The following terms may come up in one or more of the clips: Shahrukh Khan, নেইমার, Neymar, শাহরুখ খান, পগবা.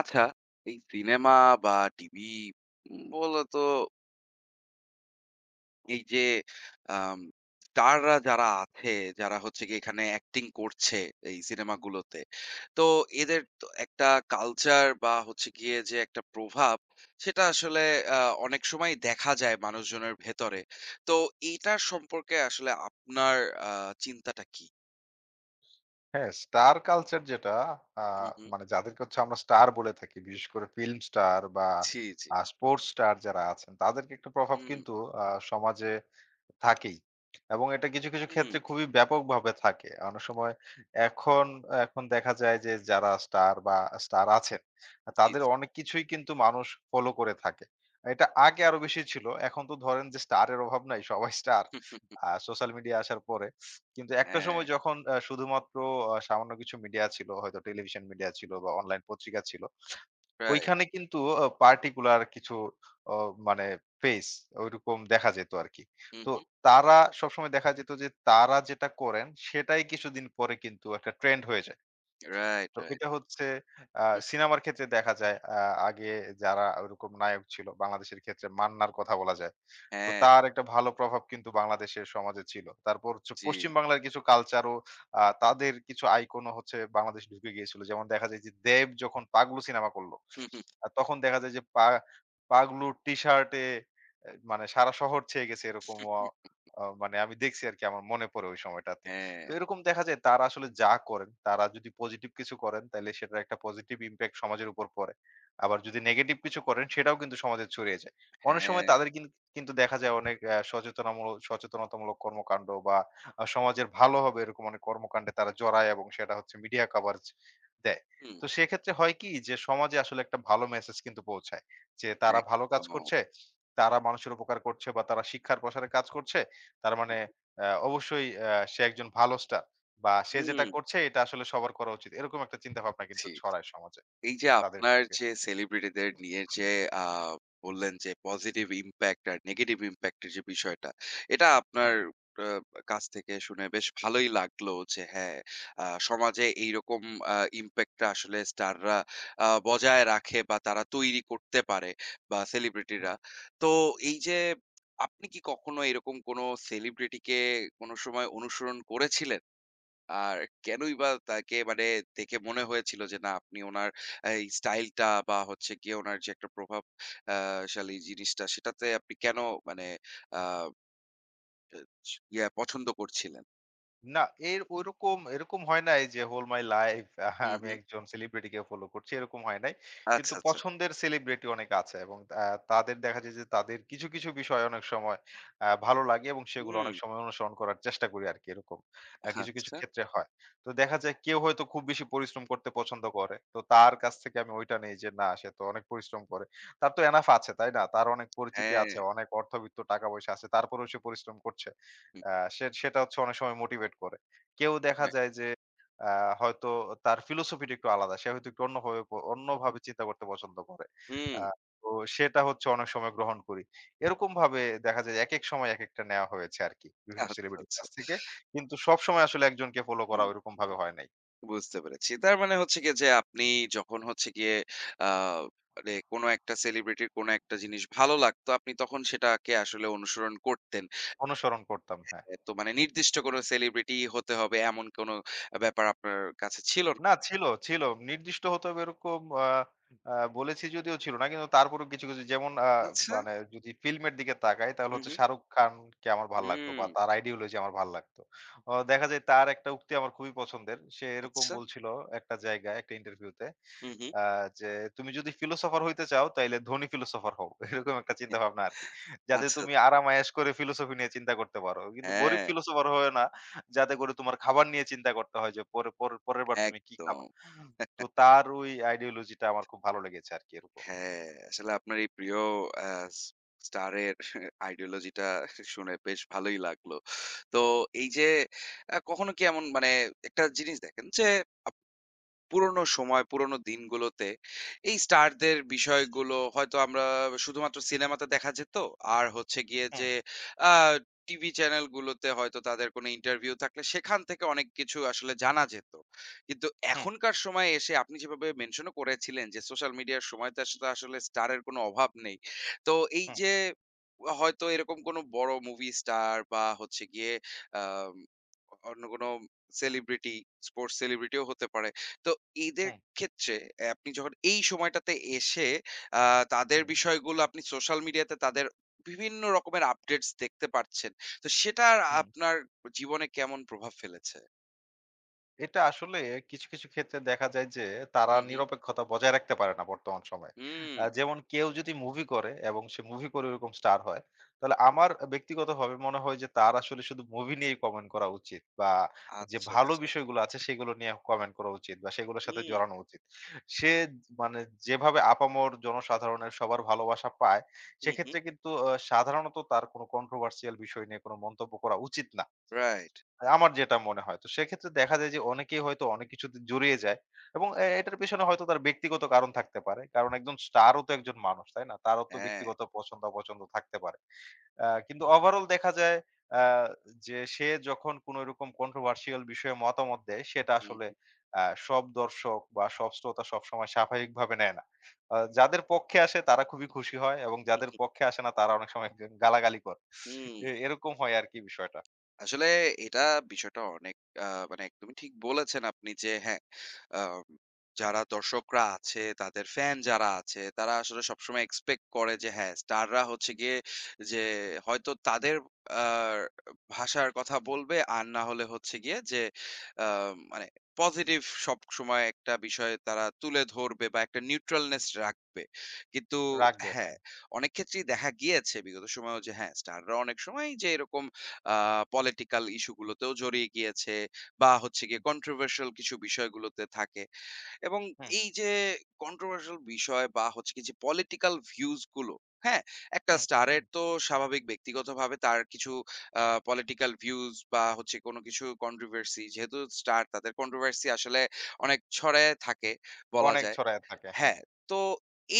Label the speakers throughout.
Speaker 1: আচ্ছা, এই cinema বা TV বলে তো এই যে আম স্টাররা যারা আছে, যারা হচ্ছে গিয়ে এখানে অ্যাক্টিং করছে এই সিনেমাগুলোতে। তো এদের তো একটা কালচার বা হচ্ছে গিয়ে যে একটা প্রভাব, সেটা আসলে আ অনেক সময় দেখা যায় মানুষজনের ভেতরে। তো এইটার সম্পর্কে আসলে আপনার আ চিন্তাটা কি?
Speaker 2: হ্যাঁ, স্টার কালচার যেটা আ
Speaker 1: হুম, হুম।
Speaker 2: মানে যাদেরকে হচ্ছে আমরা স্টার বলে থাকি, বিশেষ করে ফিল্ম স্টার বা
Speaker 1: জি, জি।
Speaker 2: স্পোর্টস স্টার যারা আছেন, তাদেরকে একটা প্রভাব
Speaker 1: হুম,
Speaker 2: কিন্তু আ সমাজে থাকেই। এবং এটা কিছু, কিছু
Speaker 1: হুম।
Speaker 2: ক্ষেত্রে খুবই ব্যাপকভাবে থাকে। অনেক সময় এখন, এখন দেখা যায় যে যারা স্টার বা স্টার আছেন,
Speaker 1: জি,
Speaker 2: তাদের
Speaker 1: জি।
Speaker 2: অনেক কিছুই কিন্তু মানুষ ফলো করে থাকে। এটা আগে আরো বেশি ছিল। এখন তো ধরেন যে স্টারের অভাব নাই, সবাই স্টার।
Speaker 1: হুম, হুম,
Speaker 2: সোশ্যাল মিডিয়া আসার পরে। কিন্তু একটা
Speaker 1: হ্যাঁ,
Speaker 2: সময় যখন শুধুমাত্র সামান্য কিছু মিডিয়া ছিল, হয়তো টেলিভিশন মিডিয়া ছিল বা অনলাইন পত্রিকা ছিল।
Speaker 1: রাইট।
Speaker 2: ওইখানে কিন্তু পার্টিকুলার কিছু অ মানে ফেস ঐরকম দেখা যেত আরকি।
Speaker 1: হুম,
Speaker 2: তো
Speaker 1: হুম।
Speaker 2: তারা সবসময় দেখা যেত যে তারা যেটা করেন সেটাই কিছুদিন পরে কিন্তু একটা ট্রেন্ড হয়ে যায়।
Speaker 1: রাইট,
Speaker 2: তো
Speaker 1: রাইট।
Speaker 2: এটা হচ্ছে আ সিনেমার ক্ষেত্রে দেখা যায়। আগে যারা ওইরকম নায়ক ছিল, বাংলাদেশের ক্ষেত্রে মান্নার কথা বলা যায়। তো
Speaker 1: হ্যাঁ,
Speaker 2: তার একটা ভালো প্রভাব কিন্তু বাংলাদেশের সমাজে ছিল। তারপর হচ্ছে
Speaker 1: জি।
Speaker 2: পশ্চিম বাংলার কিছু কালচারও, তাদের কিছু আইকনও হচ্ছে বাংলাদেশে ঢুকে গিয়েছিল। যেমন দেখা যায় যে 'দেব' যখন 'পাগলু' সিনেমা করল,
Speaker 1: হু, হু,
Speaker 2: তখন দেখা যায় যে 'পাগলুর' টি-শার্টে এ মানে সারা শহর ছেয়ে গেছে এরকমও।
Speaker 1: হু।
Speaker 2: মানে আমি দেখছি আরকি, আমার মনে পড়ে ওই সময়টাতে।
Speaker 1: হ্যাঁ,
Speaker 2: তো এরকম দেখা যায় তারা আসলে যা করেন, তারা যদি পজিটিভ কিছু করেন তাইলে সেটার একটা পজিটিভ ইমপ্যাক্ট সমাজের উপর পড়ে। আবার যদি নেগেটিভ কিছু করেন সেটাও কিন্তু সমাজে ছড়িয়ে যায়। অনেক সময়
Speaker 1: হ্যাঁ।
Speaker 2: তাদের কিন্তু কিন্তু দেখা যায় অনেক আ সচেতনামূলক সচেতনতামূলক কর্মকাণ্ড বা সমাজের ভালো হবে এরকম অনেক কর্মকাণ্ডে তারা জড়ায় এবং সেটা হচ্ছে মিডিয়া কভারেজ দেয়।
Speaker 1: হুম।
Speaker 2: তো সেক্ষেত্রে হয় কি যে সমাজে আসলে একটা ভালো মেসেজ কিন্তু পৌঁছায়। যে তারা ভালো কাজ
Speaker 1: একদম।
Speaker 2: করছে, তারা মানুষের উপকার করছে বা তারা শিক্ষার প্রসারে কাজ করছে। তার মানে অবশ্যই সে একজন ভালো স্টার বা সে
Speaker 1: হুম,
Speaker 2: যেটা করছে এটা আসলে সবার করা উচিত। এরকম একটা চিন্তাভাবনা কিন্তু
Speaker 1: জি।
Speaker 2: ছড়ায় সমাজে
Speaker 1: এই যে
Speaker 2: তাদের
Speaker 1: আপনার
Speaker 2: থেকে।
Speaker 1: যে সেলিব্রিটিদের নিয়ে
Speaker 2: হুম,
Speaker 1: যে আ বললেন যে পজিটিভ ইমপ্যাক্ট আর নেগেটিভ ইমপ্যাক্ট এর যে বিষয়টা, এটা আপনার
Speaker 2: হুম।
Speaker 1: আ কাছ থেকে শুনে বেশ ভালোই লাগলো যে হ্যাঁ, সমাজে এইরকম ইমপ্যাক্টটা আসলে স্টাররা বজায় রাখে বা তারা তৈরি করতে পারে বা সেলিব্রিটিরা। তো এই যে আপনি কি কখনো এরকম কোনো সেলিব্রিটিকে কোনো সময় অনুসরণ করেছিলেন? আর কেনই বা তাকে মানে দেখে মনে হয়েছিল যে না আপনি উনার এই স্টাইলটা বা হচ্ছে গিয়ে উনার যে একটা প্রভাব শালী জিনিসটা সেটাতে আপনি কেন মানে আহ, পছন্দ করছিলেন?
Speaker 2: না, এর ঐরকম এরকম হয় নাই যে হোল মাই লাইফ
Speaker 1: হুম,
Speaker 2: আমি
Speaker 1: হুম।
Speaker 2: একজন সেলিব্রিটিকে ফলো করছি, এরকম হয় নাই। কিন্তু
Speaker 1: আচ্ছা, আচ্ছা।
Speaker 2: পছন্দের সেলিব্রিটি অনেক আছে, এবং তাদের দেখা যায় যে তাদের কিছু, কিছু বিষয় অনেক সময় ভালো লাগে এবং সেগুলো
Speaker 1: হুম,
Speaker 2: অনেক সময় অনুসরণ করার চেষ্টা করি আরকি এরকম। কিছু, কিছু
Speaker 1: আচ্ছা।
Speaker 2: ক্ষেত্রে হয়। তো দেখা যায় কেউ হয়তো খুব বেশি পরিশ্রম করতে পছন্দ করে। তো তার কাছ থেকে আমি ওইটা নেই যে না সে তো অনেক পরিশ্রম করে। তার তো এনাফ আছে, তাই না? তার অনেক পরিচিতি
Speaker 1: হ্যাঁ।
Speaker 2: আছে, অনেক অর্থবিত্ত টাকা-পয়সা আছে। তারপরেও সে পরিশ্রম করছে।
Speaker 1: হুম,
Speaker 2: আ সে সেটা হচ্ছে অনেক সময় মোটিভেট করে। কেউ দেখা
Speaker 1: হ্যাঁ,
Speaker 2: যায় যে আ হয়তো তার ফিলোসফি টা একটু আলাদা। সে হয়তো একটু অন্যভাবে অন্যভাবে চিন্তা করতে পছন্দ করে।
Speaker 1: হুম,
Speaker 2: আ তো সেটা হচ্ছে অনেক সময় গ্রহণ করি। এরকমভাবে দেখা যায় একেক সময় একেকটা নেওয়া হয়েছে আরকি বিভিন্ন
Speaker 1: আচ্ছা,
Speaker 2: সেলিব্রিটির
Speaker 1: আচ্ছা।
Speaker 2: কাছ থেকে। কিন্তু সবসময় আসলে একজনকে ফলো করা
Speaker 1: হুম,
Speaker 2: ওইরকম ভাবে হয় নাই।
Speaker 1: বুঝতে পেরেছি। তার মানে হচ্ছে গিয়ে যে আপনি যখন হচ্ছে গিয়ে আহ মানে কোনো একটা সেলিব্রিটির কোনো একটা জিনিস ভালো লাগতো, আপনি তখন সেটাকে আসলে অনুসরণ করতেন।
Speaker 2: অনুসরণ করতাম, হ্যাঁ।
Speaker 1: এ তো মানে নির্দিষ্ট কোনো সেলিব্রিটি হতে হবে এমন কোনো ব্যাপার আপনার কাছে ছিল না।
Speaker 2: না ছিল, ছিল। নির্দিষ্ট হতো এরকম, আ আ বলেছি যদিও ছিল না। কিন্তু তারপরেও কিছু, কিছু যেমন
Speaker 1: আচ্ছা।
Speaker 2: মানে যদি ফিল্মের দিকে তাকাই তাহলে
Speaker 1: হু,
Speaker 2: হচ্ছে
Speaker 1: হু।
Speaker 2: শাহরুখ খানকে আমার ভাল লাগতো বা
Speaker 1: হুম।
Speaker 2: তার আইডিওলজি আমার ভাল লাগতো। দেখা যায় তার একটা উক্তি আমার খুবই পছন্দের। সে এরকম
Speaker 1: আচ্ছা।
Speaker 2: বলছিল একটা জায়গায় একটা ইন্টারভিউতে
Speaker 1: হু, হু।
Speaker 2: আ যে, "তুমি যদি ফিলোসোফার হইতে চাও তাইলে ধনী ফিলোসোফার হও।" এরকম একটা চিন্তাভাবনা আরকি। যাতে
Speaker 1: আচ্ছা,
Speaker 2: তুমি
Speaker 1: আচ্ছা।
Speaker 2: আরাম আয়েশ করে ফিলোসফি নিয়ে চিন্তা করতে পারো। কিন্তু গরিব
Speaker 1: হ্যাঁ,
Speaker 2: ফিলোসোফার হয়ো না। যাতে করে তোমার খাবার নিয়ে চিন্তা করতে হয় যে পরের বার তুমি কি খাবা?
Speaker 1: একদম।
Speaker 2: তো তার ওই আইডিওলজি টা আমার খুব ভালো লেগেছে আরকি এরকম।
Speaker 1: হ্যাঁ, আসলে আপনার এই প্রিয় আ স্টারের আইডিওলজি টা শুনে বেশ ভালোই লাগলো। তো এই যে কখনো কি এমন মানে একটা জিনিস দেখেন যে পুরোনো সময়, পুরোনো দিনগুলোতে এই স্টারদের বিষয়গুলো হয়তো আমরা শুধুমাত্র সিনেমাতে দেখা যেত। আর হচ্ছে গিয়ে
Speaker 2: হুম,
Speaker 1: যে আ টিভি চ্যানেলগুলোতে হয়তো তাদের কোনো ইন্টারভিউ থাকলে সেখান থেকে অনেক কিছু আসলে জানা যেত। কিন্তু
Speaker 2: হুম,
Speaker 1: এখনকার সময়ে এসে আপনি যেভাবে মেনশনও করেছিলেন যে সোশ্যাল মিডিয়ার সময়তে আসলে আসলে স্টারের কোনো অভাব নেই। তো এই
Speaker 2: হুম,
Speaker 1: যে হয়তো এরকম কোনো বড় মুভি স্টার বা হচ্ছে গিয়ে আম অন্য কোনো সেলিব্রিটি, স্পোর্টস সেলিব্রিটিও হতে পারে। তো এদের
Speaker 2: হুম,
Speaker 1: ক্ষেত্রে আপনি যখন এই সময়টাতে এসে আ তাদের
Speaker 2: হুম,
Speaker 1: বিষয়গুলো আপনি সোশ্যাল মিডিয়াতে তাদের বিভিন্ন রকমের আপডেটস দেখতে পারছেন। তো সেটার
Speaker 2: হুম।
Speaker 1: আপনার জীবনে কেমন প্রভাব ফেলেছে?
Speaker 2: এটা আসলে কিছু, কিছু ক্ষেত্রে দেখা যায় যে তারা
Speaker 1: হুম, হুম।
Speaker 2: নিরপেক্ষতা বজায় রাখতে পারে না বর্তমান সময়ে।
Speaker 1: হুম।
Speaker 2: যেমন কেউ যদি মুভি করে এবং সে মুভি করে ওরকম স্টার হয়, তাহলে আমার ব্যক্তিগতভাবে মনে হয় যে তার আসলে শুধু মুভি নিয়েই কমেন্ট করা উচিত, বা যে
Speaker 1: আচ্ছা,
Speaker 2: ভালো
Speaker 1: আচ্ছা।
Speaker 2: বিষয়গুলো আছে সেগুলো নিয়ে কমেন্ট করা উচিত বা সেগুলোর সাথে
Speaker 1: হুম,
Speaker 2: জড়ানো উচিত। সে মানে যেভাবে আপামর জনসাধারণের সবার ভালোবাসা পায়,
Speaker 1: হুম, হুম।
Speaker 2: সেক্ষেত্রে কিন্তু সাধারণত তার কোনো কন্ট্রোভার্সিয়াল বিষয় নিয়ে কোনো মন্তব্য করা উচিত না।
Speaker 1: রাইট।
Speaker 2: আমার যেটা মনে হয়। তো সেক্ষেত্রে দেখা যায় যে অনেকেই হয়তো অনেক কিছুতে জড়িয়ে যায়, এবং এটার পেছনে হয়তো তার ব্যক্তিগত কারণ থাকতে পারে। কারণ একজন স্টারও তো একজন মানুষ, তাই না? তারও তো
Speaker 1: হ্যাঁ।
Speaker 2: ব্যক্তিগত পছন্দ-অপছন্দ থাকতে পারে। কিন্তু ওভারঅল দেখা যায় আ যে সে যখন কোনো এরকম কন্ট্রোভার্সিয়াল বিষয়ে মতামত দেয় সেটা
Speaker 1: হুম,
Speaker 2: আসলে
Speaker 1: হুম।
Speaker 2: আ সব দর্শক বা সব শ্রোতা সবসময় স্বাভাবিকভাবে নেয় না। যাদের পক্ষে আসে তারা খুবই খুশি হয় এবং যাদের পক্ষে আসে না তারা অনেক সময় গালাগালি করে।
Speaker 1: হুম
Speaker 2: এরকম হয় আরকি বিষয়টা।
Speaker 1: আসলে এটা বিষয়টা অনেক আ মানে একদমই ঠিক বলেছেন আপনি যে হ্যাঁ, আম যারা দর্শকরা আছে, তাদের ফ্যান যারা আছে, তারা আসলে সবসময় এক্সপেক্ট করে যে হ্যাঁ, স্টাররা হচ্ছে গিয়ে যে হয়তো তাদের আ ভাষার কথা বলবে, আর না হলে হচ্ছে গিয়ে যে আ মানে পজিটিভ সবসময় একটা বিষয় তারা তুলে ধরবে বা একটা নিউট্রালনেস রাখবে। কিন্তু
Speaker 2: রাগবে, হ্যাঁ।
Speaker 1: হ্যাঁ, অনেক ক্ষেত্রেই দেখা গিয়েছে বিগত সময়েও যে হ্যাঁ, স্টাররা অনেক সময় যে এরকম আ পলিটিক্যাল ইস্যু গুলোতেও জড়িয়ে গিয়েছে বা হচ্ছে গিয়ে কন্ট্রোভার্সিয়াল কিছু বিষয়গুলোতে থাকে এবং
Speaker 2: হুম,
Speaker 1: এই যে কন্ট্রোভার্সিয়াল বিষয় বা হচ্ছে কি যে পলিটিক্যাল ভিউজ গুলো, হ্যাঁ? একটা
Speaker 2: হুম, হুম।
Speaker 1: স্টারের তো স্বাভাবিক ব্যক্তিগতভাবে তার কিছু আ পলিটিক্যাল ভিউজ বা হচ্ছে কোনো কিছু কন্ট্রোভার্সি যেহেতু স্টার তাদের কন্ট্রোভার্সি আসলে অনেক ছড়ায়ে থাকে বলা
Speaker 2: অনেক
Speaker 1: যায়।
Speaker 2: ছড়ায় থাকে। হ্যাঁ।
Speaker 1: হ্যাঁ, তো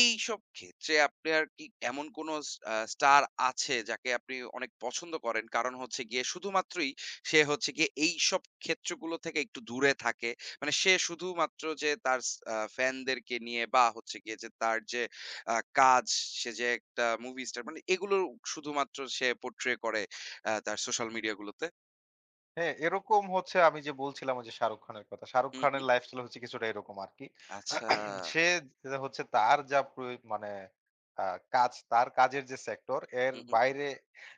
Speaker 1: এইসব ক্ষেত্রে আপনার কি এমন কোনো স আ স্টার আছে যাকে আপনি অনেক পছন্দ করেন? কারণ হচ্ছে গিয়ে শুধুমাত্রই সে হচ্ছে গিয়ে এইসব ক্ষেত্রগুলো থেকে একটু দূরে থাকে। মানে সে শুধুমাত্র যে তার স আ ফ্যানদেরকে নিয়ে বা হচ্ছে গিয়ে যে তার যে কাজ, সে যে একটা মুভি স্টার মানে এগুলো শুধুমাত্র সে পোট্রে করে তার সোশ্যাল মিডিয়া গুলোতে।
Speaker 2: হ্যাঁ, এরকম হচ্ছে আমি যে বলছিলাম ওই যে শাহরুখ খানের কথা। শাহরুখ
Speaker 1: হুম,
Speaker 2: খানের
Speaker 1: হুম।
Speaker 2: লাইফস্টাইল হচ্ছে কিছুটা এরকম আরকি।
Speaker 1: আচ্ছা।
Speaker 2: সে যেটা হচ্ছে তার যা মানে আ কাজ, তার কাজের যে সেক্টর এর
Speaker 1: হুম, হুম।
Speaker 2: বাইরে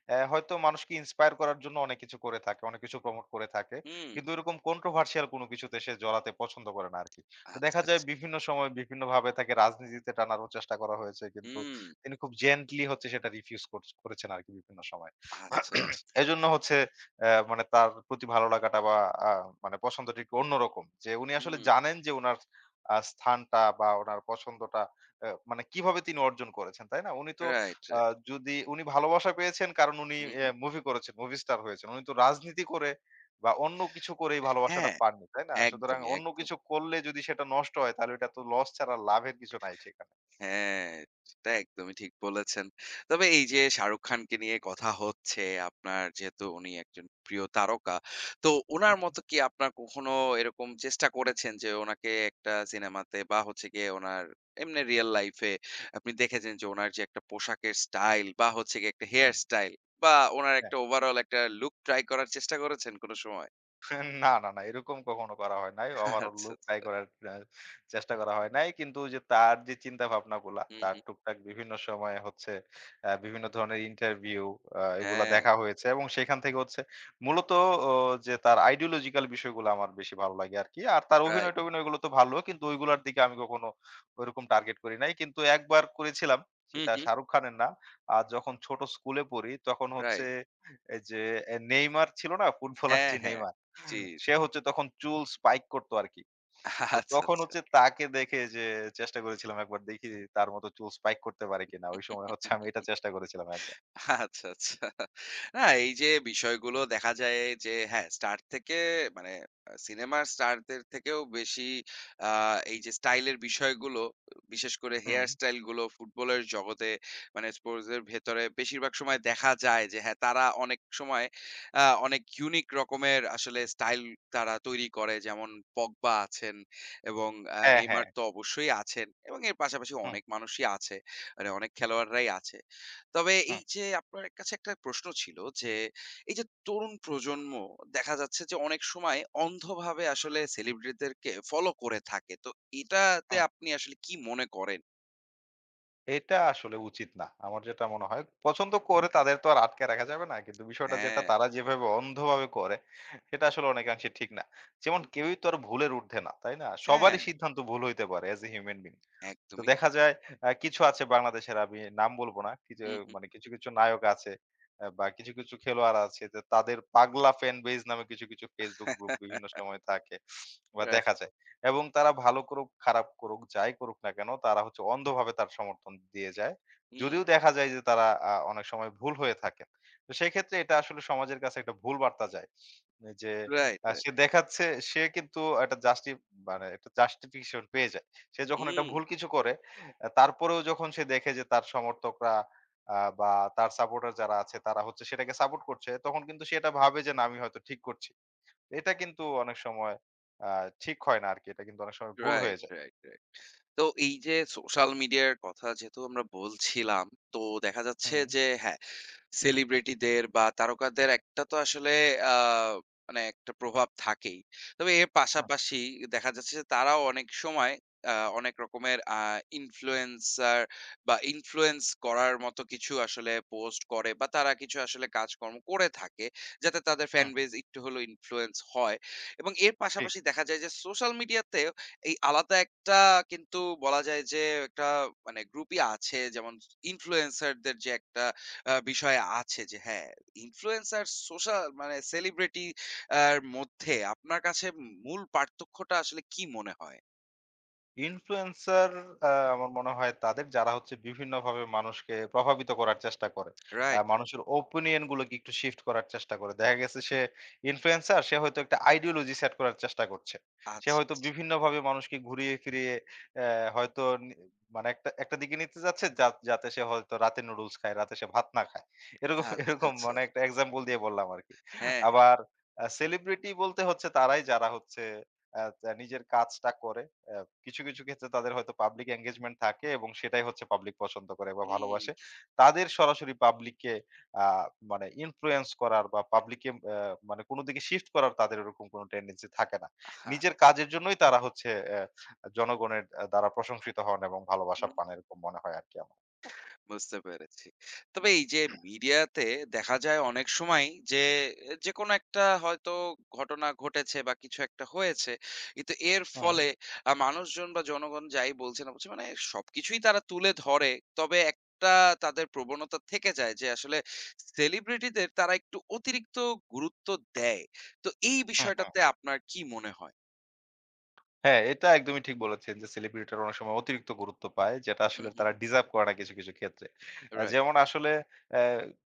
Speaker 2: হয়তো মানুষকে ইন্সপায়ার করার জন্য অনেক কিছু করে থাকে, অনেক কিছু প্রমোট করে থাকে।
Speaker 1: হুম।
Speaker 2: কিন্তু এরকম কন্ট্রোভার্সিয়াল কোনো কিছুতে সে জড়াতে পছন্দ করে না আরকি। তো
Speaker 1: আচ্ছা,
Speaker 2: দেখা যায়
Speaker 1: আচ্ছা।
Speaker 2: বিভিন্ন সময় বিভিন্নভাবে তাকে রাজনীতিতে টানারও চেষ্টা করা হয়েছে। কিন্তু
Speaker 1: হুম।
Speaker 2: তিনি খুব জেন্টলি হচ্ছে সেটা রিফিউজ করছ করেছেন আরকি বিভিন্ন সময়।
Speaker 1: আচ্ছা, আচ্ছা।
Speaker 2: এজন্য হচ্ছে মানে তার প্রতি ভালো লাগাটা বা আ মানে পছন্দটা একটু অন্যরকম। যে উনি আসলে
Speaker 1: হুম।
Speaker 2: জানেন যে উনার স্থানটা বা উনার পছন্দটা মানে কিভাবে তিনি অর্জন করেছেন, তাই না? উনি তো
Speaker 1: রাইট,
Speaker 2: আ
Speaker 1: রাইট।
Speaker 2: যদি উনি ভালোবাসা পেয়েছেন কারণ উনি
Speaker 1: হুম, হুম।
Speaker 2: মুভি করেছেন, মুভি স্টার হয়েছেন। উনি তো রাজনীতি করে বা অন্য কিছু করেই ভালোবাসাটা
Speaker 1: হ্যাঁ,
Speaker 2: পাননি, তাই না? সুতরাং
Speaker 1: একদমই,
Speaker 2: অন্য
Speaker 1: একদম।
Speaker 2: কিছু করলে যদি সেটা নষ্ট হয় তাহলে এটা তো লস ছাড়া লাভের কিছু নাই সেখানে।
Speaker 1: হ্যাঁ, সেটা একদমই ঠিক বলেছেন। তবে এই যে শাহরুখ খানকে নিয়ে কথা হচ্ছে, আপনার যেহেতু উনি একজন প্রিয় তারকা, তো উনার
Speaker 2: হুম,
Speaker 1: মতো কি আপনার কখনো এরকম চেষ্টা করেছেন যে উনাকে একটা সিনেমাতে বা হচ্ছে গিয়ে উনার এমনি রিয়াল লাইফ এ আপনি দেখেছেন যে উনার যে একটা পোশাকের স্টাইল বা হচ্ছে গিয়ে একটা
Speaker 2: হুম।
Speaker 1: হেয়ার স্টাইল বা উনার
Speaker 2: হ্যাঁ।
Speaker 1: একটা ওভারঅল একটা লুক ট্রাই করার চেষ্টা করেছেন কোন সময়?
Speaker 2: না, না, না। এরকম কখনো করা হয় নাই। ওভারঅল
Speaker 1: আচ্ছা,
Speaker 2: লুক ট্রাই
Speaker 1: আচ্ছা।
Speaker 2: করার আ চেষ্টা করা হয় নাই। কিন্তু ওই যে তার যে চিন্তাভাবনাগুলা,
Speaker 1: হুম,
Speaker 2: তার
Speaker 1: হুম।
Speaker 2: টুকটাক বিভিন্ন সময়ে হচ্ছে বিভিন্ন ধরনের ইন্টারভিউ, এগুলা
Speaker 1: হ্যাঁ,
Speaker 2: দেখা হয়েছে এবং সেখান থেকে হচ্ছে মূলত ও যে তার আইডিওলজিক্যাল বিষয়গুলো আমার বেশি ভালো লাগে আরকি। আর তার
Speaker 1: রাইট।
Speaker 2: অভিনয়-টভিনয় গুলো তো ভালো। কিন্তু ওইগুলার দিকে আমি কখনো ওইরকম টার্গেট করি নাই। কিন্তু একবার করেছিলাম।
Speaker 1: হুম,
Speaker 2: সেটা
Speaker 1: হুম।
Speaker 2: শাহরুখ খানের না। আর যখন ছোট স্কুলে পড়ি তখন হচ্ছে,
Speaker 1: রাইট।
Speaker 2: এই যে নেইমার ছিল না? ফুটবলার
Speaker 1: হ্যাঁ,
Speaker 2: যে
Speaker 1: হ্যাঁ।
Speaker 2: নেইমার?
Speaker 1: জি।
Speaker 2: সে হচ্ছে তখন চুল স্পাইক করতো আরকি। তো
Speaker 1: আচ্ছা,
Speaker 2: তখন
Speaker 1: আচ্ছা।
Speaker 2: হচ্ছে তাকে দেখে যে চেষ্টা করেছিলাম একবার দেখি তার মতো চুল স্পাইক করতে পারে কিনা। ওই সময় হচ্ছে আমি এটা চেষ্টা করেছিলাম একবার।
Speaker 1: আচ্ছা, আচ্ছা। না এই যে বিষয়গুলো দেখা যায় যে হ্যাঁ, স্টার থেকে মানে সিনেমার স্টারদের থেকেও বেশি আ এই যে স্টাইলের বিষয়গুলো, বিশেষ করে
Speaker 2: হুম।
Speaker 1: হেয়ার স্টাইল গুলো ফুটবলের জগতে মানে স্পোর্টস এর ভেতরে বেশিরভাগ সময় দেখা যায় যে হ্যাঁ, তারা অনেক সময় অনেক ইউনিক রকমের আসলে স্টাইল তারা তৈরি করে। যেমন পগবা আছেন এবং
Speaker 2: হ্যাঁ,
Speaker 1: নেইমার
Speaker 2: হ্যাঁ।
Speaker 1: তো অবশ্যই আছেন এবং এর পাশাপাশি
Speaker 2: হুম,
Speaker 1: অনেক মানুষই আছে। মানে অনেক খেলোয়াড়রাই আছে। তবে
Speaker 2: হুম,
Speaker 1: এই যে আপনার কাছে একটা প্রশ্ন ছিল যে, এই যে তরুণ প্রজন্ম দেখা যাচ্ছে যে অনেক সময় অন্ধভাবে আসলে সেলিব্রিটিদেরকে ফলো করে থাকে। তো এটাতে
Speaker 2: হুম।
Speaker 1: আপনি আসলে কি মনে করেন?
Speaker 2: এটা আসলে উচিত না। আমার যেটা মনে হয়। পছন্দ করে তাদের তো আর আটকে রাখা যাবে না। কিন্তু বিষয়টা যেটা
Speaker 1: হ্যাঁ।
Speaker 2: তারা যেভাবে অন্ধভাবে করে সেটা আসলে অনেকাংশে ঠিক না। যেমন
Speaker 1: হু, হু।
Speaker 2: কেউই তো আর ভুলের ঊর্ধ্বে না, তাই না?
Speaker 1: হ্যাঁ,
Speaker 2: সবারই সিদ্ধান্ত ভুল হইতে পারে as a human being. তো
Speaker 1: একদমই।
Speaker 2: দেখা যায় কিছু আছে বাংলাদেশের, আমি নাম বলব না। কিছু
Speaker 1: হু, হু।
Speaker 2: মানে কিছু, কিছু নায়ক আছে বা কিছু, কিছু খেলোয়াড় আছে যে তাদের পাগলা ফ্যান বেজ নামে কিছু, কিছু Facebook গ্রুপ
Speaker 1: রাইট।
Speaker 2: বিভিন্ন সময় থাকে বা দেখা যায়। এবং তারা ভালো করুক, খারাপ করুক, যাই করুক না কেন তারা হচ্ছে অন্ধভাবে তার সমর্থন দিয়ে যায়।
Speaker 1: হুম।
Speaker 2: যদিও দেখা যায় যে তারা অনেক সময় ভুল হয়ে থাকে। তো সেক্ষেত্রে এটা আসলে সমাজের কাছে একটা ভুল বার্তা যায়। মানে যে
Speaker 1: রাইট, রাইট।
Speaker 2: সে দেখাচ্ছে, সে কিন্তু একটা জাস্টি মানে একটা জাস্টিফিকেশন পেয়ে যায়। সে যখন একটা
Speaker 1: হুম।
Speaker 2: ভুল কিছু করে তারপরেও যখন সে দেখে যে তার সমর্থকরা বা তার সাপোর্টার যারা আছে তারা হচ্ছে সেটাকে সাপোর্ট করছে, তখন কিন্তু সে এটা ভাবে যে না আমি হয়তো ঠিক করছি। এটা কিন্তু অনেক সময় আ ঠিক হয় না আরকি। এটা কিন্তু অনেক সময় ভুল
Speaker 1: রাইট,
Speaker 2: হয়ে যায়।
Speaker 1: Right, right. তো এই যে সোশ্যাল মিডিয়ার কথা যেহেতু আমরা বলছিলাম, তো দেখা যাচ্ছে
Speaker 2: হুম,
Speaker 1: যে হ্যাঁ সেলিব্রিটিদের বা তারকাদের একটা তো আসলে আ মানে একটা প্রভাব থাকেই। তবে এর
Speaker 2: হুম,
Speaker 1: পাশাপাশি দেখা যাচ্ছে যে তারাও অনেক সময় আ অনেক রকমের ইনফ্লুয়েন্সার বা ইনফ্লুয়েন্স করার মতো কিছু আসলে পোস্ট করে বা তারা কিছু আসলে কাজকর্ম করে থাকে। যাতে তাদের ফ্যান
Speaker 2: হুম,
Speaker 1: বেস একটু হলেও ইনফ্লুয়েন্স হয়। এবং এর
Speaker 2: ঠিক।
Speaker 1: পাশাপাশি দেখা যায় যে সোশ্যাল মিডিয়াতেও এই আলাদা একটা কিন্তু বলা যায় যে একটা মানে গ্রুপই আছে যেমন ইনফ্লুয়েন্সারদের যে একটা বিষয় আছে যে হ্যাঁ, ইনফ্লুয়েন্সার সোশ্যাল মানে সেলিব্রিটি আর মধ্যে আপনার কাছে মূল পার্থক্যটা আসলে কি মনে হয়?
Speaker 2: ইনফ্লুয়েন্সার আমার মনে হয় তাদের যারা হচ্ছে বিভিন্নভাবে মানুষকে প্রভাবিত করার চেষ্টা করে।
Speaker 1: Right, right.
Speaker 2: মানুষের ওপিনিয়ন গুলোকে একটু শিফট করার চেষ্টা করে। দেখা গেছে সে ইনফ্লুয়েন্সার, সে হয়তো একটা আইডিওলজি সেট করার চেষ্টা করছে। সে
Speaker 1: আচ্ছা,
Speaker 2: হয়তো
Speaker 1: আচ্ছা।
Speaker 2: বিভিন্নভাবে মানুষকে ঘুরিয়ে ফিরিয়ে হয়তো নি মানে একটা একটা দিকে নিতে যাচ্ছে, যাতে সে হয়তো রাতে নুডলস খায়, রাতে সে ভাত না খায়। এরকম
Speaker 1: আচ্ছা,
Speaker 2: এরকম
Speaker 1: আচ্ছা।
Speaker 2: মানে একটা এক্সাম্পল দিয়ে বললাম আরকি।
Speaker 1: হ্যাঁ, হ্যাঁ।
Speaker 2: আবার সেলিব্রিটি বলতে হচ্ছে তারাই যারা হচ্ছে তা নিজের কাজটা করে। অ্যা কিছু, কিছু ক্ষেত্রে তাদের হয়তো পাবলিক এনগেজমেন্ট থাকে এবং সেটাই হচ্ছে পাবলিক পছন্দ করে বা ভালোবাসে।
Speaker 1: হুম।
Speaker 2: তাদের সরাসরি পাবলিককে আ মানে ইনফ্লুয়েন্স করার বা পাবলিককে মানে কোন দিকে শিফট করার তাদের ওরকম কোন টেনডেন্সি থাকে না।
Speaker 1: আচ্ছা।
Speaker 2: নিজের কাজের জন্যই তারা হচ্ছে জনগণের দ্বারা প্রশংসিত হন এবং ভালোবাসা পান, এরকম মনে হয় আরকি আমার।
Speaker 1: বুঝতে পেরেছি। তবে এই যে মিডিয়াতে দেখা যায় অনেক সময় যে, যেকোনো একটা হয়তো ঘটনা ঘটেছে বা কিছু একটা হয়েছে। কিন্তু এর
Speaker 2: হুম,
Speaker 1: ফলে মানুষজন বা জনগণ যাই বলছে না বলছে মানে সবকিছুই তারা তুলে ধরে। তবে একটা তাদের প্রবণতা থেকে যায় যে আসলে সেলিব্রিটিদের তারা একটু অতিরিক্ত গুরুত্ব দেয়। তো এই
Speaker 2: হুম, হুম।
Speaker 1: বিষয়টাতে আপনার কি মনে হয়?
Speaker 2: হ্যাঁ, এটা একদমই ঠিক বলেছেন যে সেলিব্রিটিরা অনেক সময় অতিরিক্ত গুরুত্ব পায় যেটা
Speaker 1: হুম,
Speaker 2: আসলে
Speaker 1: হুম।
Speaker 2: তারা ডিজার্ভ করে না কিছু, কিছু ক্ষেত্রে।
Speaker 1: রাইট।
Speaker 2: যেমন আসলে অ্যা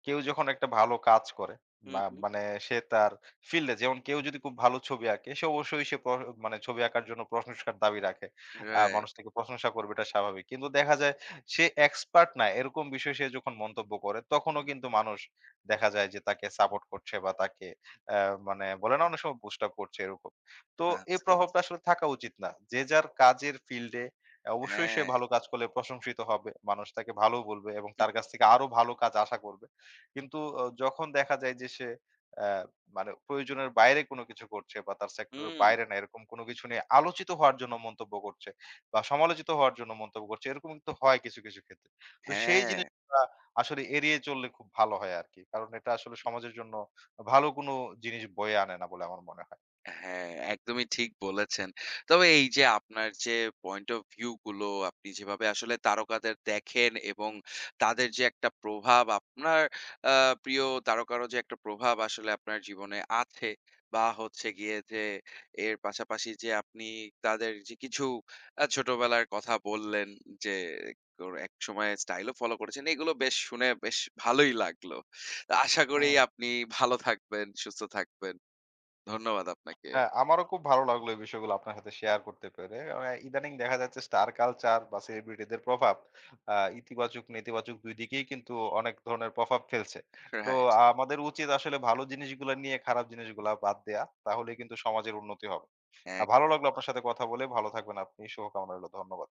Speaker 2: কেউ যখন একটা ভালো কাজ করে
Speaker 1: হুম,
Speaker 2: বা
Speaker 1: হুম।
Speaker 2: মানে সে তার ফিল্ডে, যেমন কেউ যদি খুব ভালো ছবি আঁকে সে অবশ্যই সে মানে ছবি আঁকার জন্য প্রশংসার দাবি রাখে। মানুষ
Speaker 1: রাইট।
Speaker 2: তাকে প্রশংসা করবে, এটা স্বাভাবিক। কিন্তু দেখা যায় সে এক্সপার্ট না এরকম বিষয়ে সে যখন মন্তব্য করে তখনও
Speaker 1: হুম।
Speaker 2: কিন্তু মানুষ দেখা যায় যে তাকে সাপোর্ট করছে বা তাকে অ্যা মানে বলে না, অনেক সময় বুস্ট আপ করছে এরকম। তো এই
Speaker 1: আচ্ছা,
Speaker 2: প্রভাবটা
Speaker 1: আচ্ছা।
Speaker 2: আসলে থাকা উচিত না। যে যার কাজের ফিল্ডে অবশ্যই সে
Speaker 1: হ্যাঁ।
Speaker 2: ভালো কাজ করলে প্রশংসিত হবে। মানুষ তাকে ভালো বলবে এবং তার কাছ থেকে আরো ভালো কাজ আশা করবে। কিন্তু যখন দেখা যায় যে সে অ্যা মানে প্রয়োজনের বাইরে কোনো কিছু করছে বা তার সেক্টরের
Speaker 1: হুম,
Speaker 2: বাইরে না এরকম কোনো কিছু নিয়ে আলোচিত হওয়ার জন্য মন্তব্য করছে বা সমালোচিত হওয়ার জন্য মন্তব্য করছে, এরকম কিন্তু হয় কিছু, কিছু ক্ষেত্রে। তো সেই
Speaker 1: হ্যাঁ।
Speaker 2: জিনিসটা আসলে এড়িয়ে চললে খুব ভালো হয় আরকি। কারণ এটা আসলে সমাজের জন্য ভালো কোনো জিনিস বয়ে আনে না বলে আমার মনে হয়।
Speaker 1: হ্যাঁ, একদমই ঠিক বলেছেন। তবে এই যে আপনার যে পয়েন্ট অফ ভিউ গুলো আপনি যেভাবে আসলে তারকাদের দেখেন এবং তাদের যে একটা প্রভাব আপনার আ প্রিয় তারকারও যে একটা প্রভাব আসলে আপনার জীবনে আছে বা হচ্ছে গিয়ে যে এর পাশাপাশি যে আপনি তাদের যে কিছু ছোটবেলার কথা বললেন যে ওর একসময় স্টাইলও ফলো করেছেন। এগুলো বেশ শুনে বেশ ভালোই লাগলো। তো আশা করি
Speaker 2: হুম।
Speaker 1: আপনি ভালো থাকবেন, সুস্থ থাকবেন। ধন্যবাদ আপনাকে।
Speaker 2: হ্যাঁ, আমারও খুব ভালো লাগলো এই বিষয়গুলো আপনার সাথে শেয়ার করতে পেরে। ইদানিং দেখা যাচ্ছে স্টার কালচার বা সেলিব্রিটিদের প্রভাব আ ইতিবাচক, নেতিবাচক ২ দিকেই কিন্তু অনেক ধরনের প্রভাব ফেলছে। তো
Speaker 1: রাইট।
Speaker 2: আমাদের উচিত আসলে ভালো জিনিসগুলা নিয়ে খারাপ জিনিসগুলা বাদ দেয়া। তাহলেই কিন্তু সমাজের উন্নতি হবে। ভালো লাগলো
Speaker 1: একদম।
Speaker 2: আপনার সাথে কথা বলে। ভালো থাকবেন আপনি। শুভকামনা রইলো। ধন্যবাদ।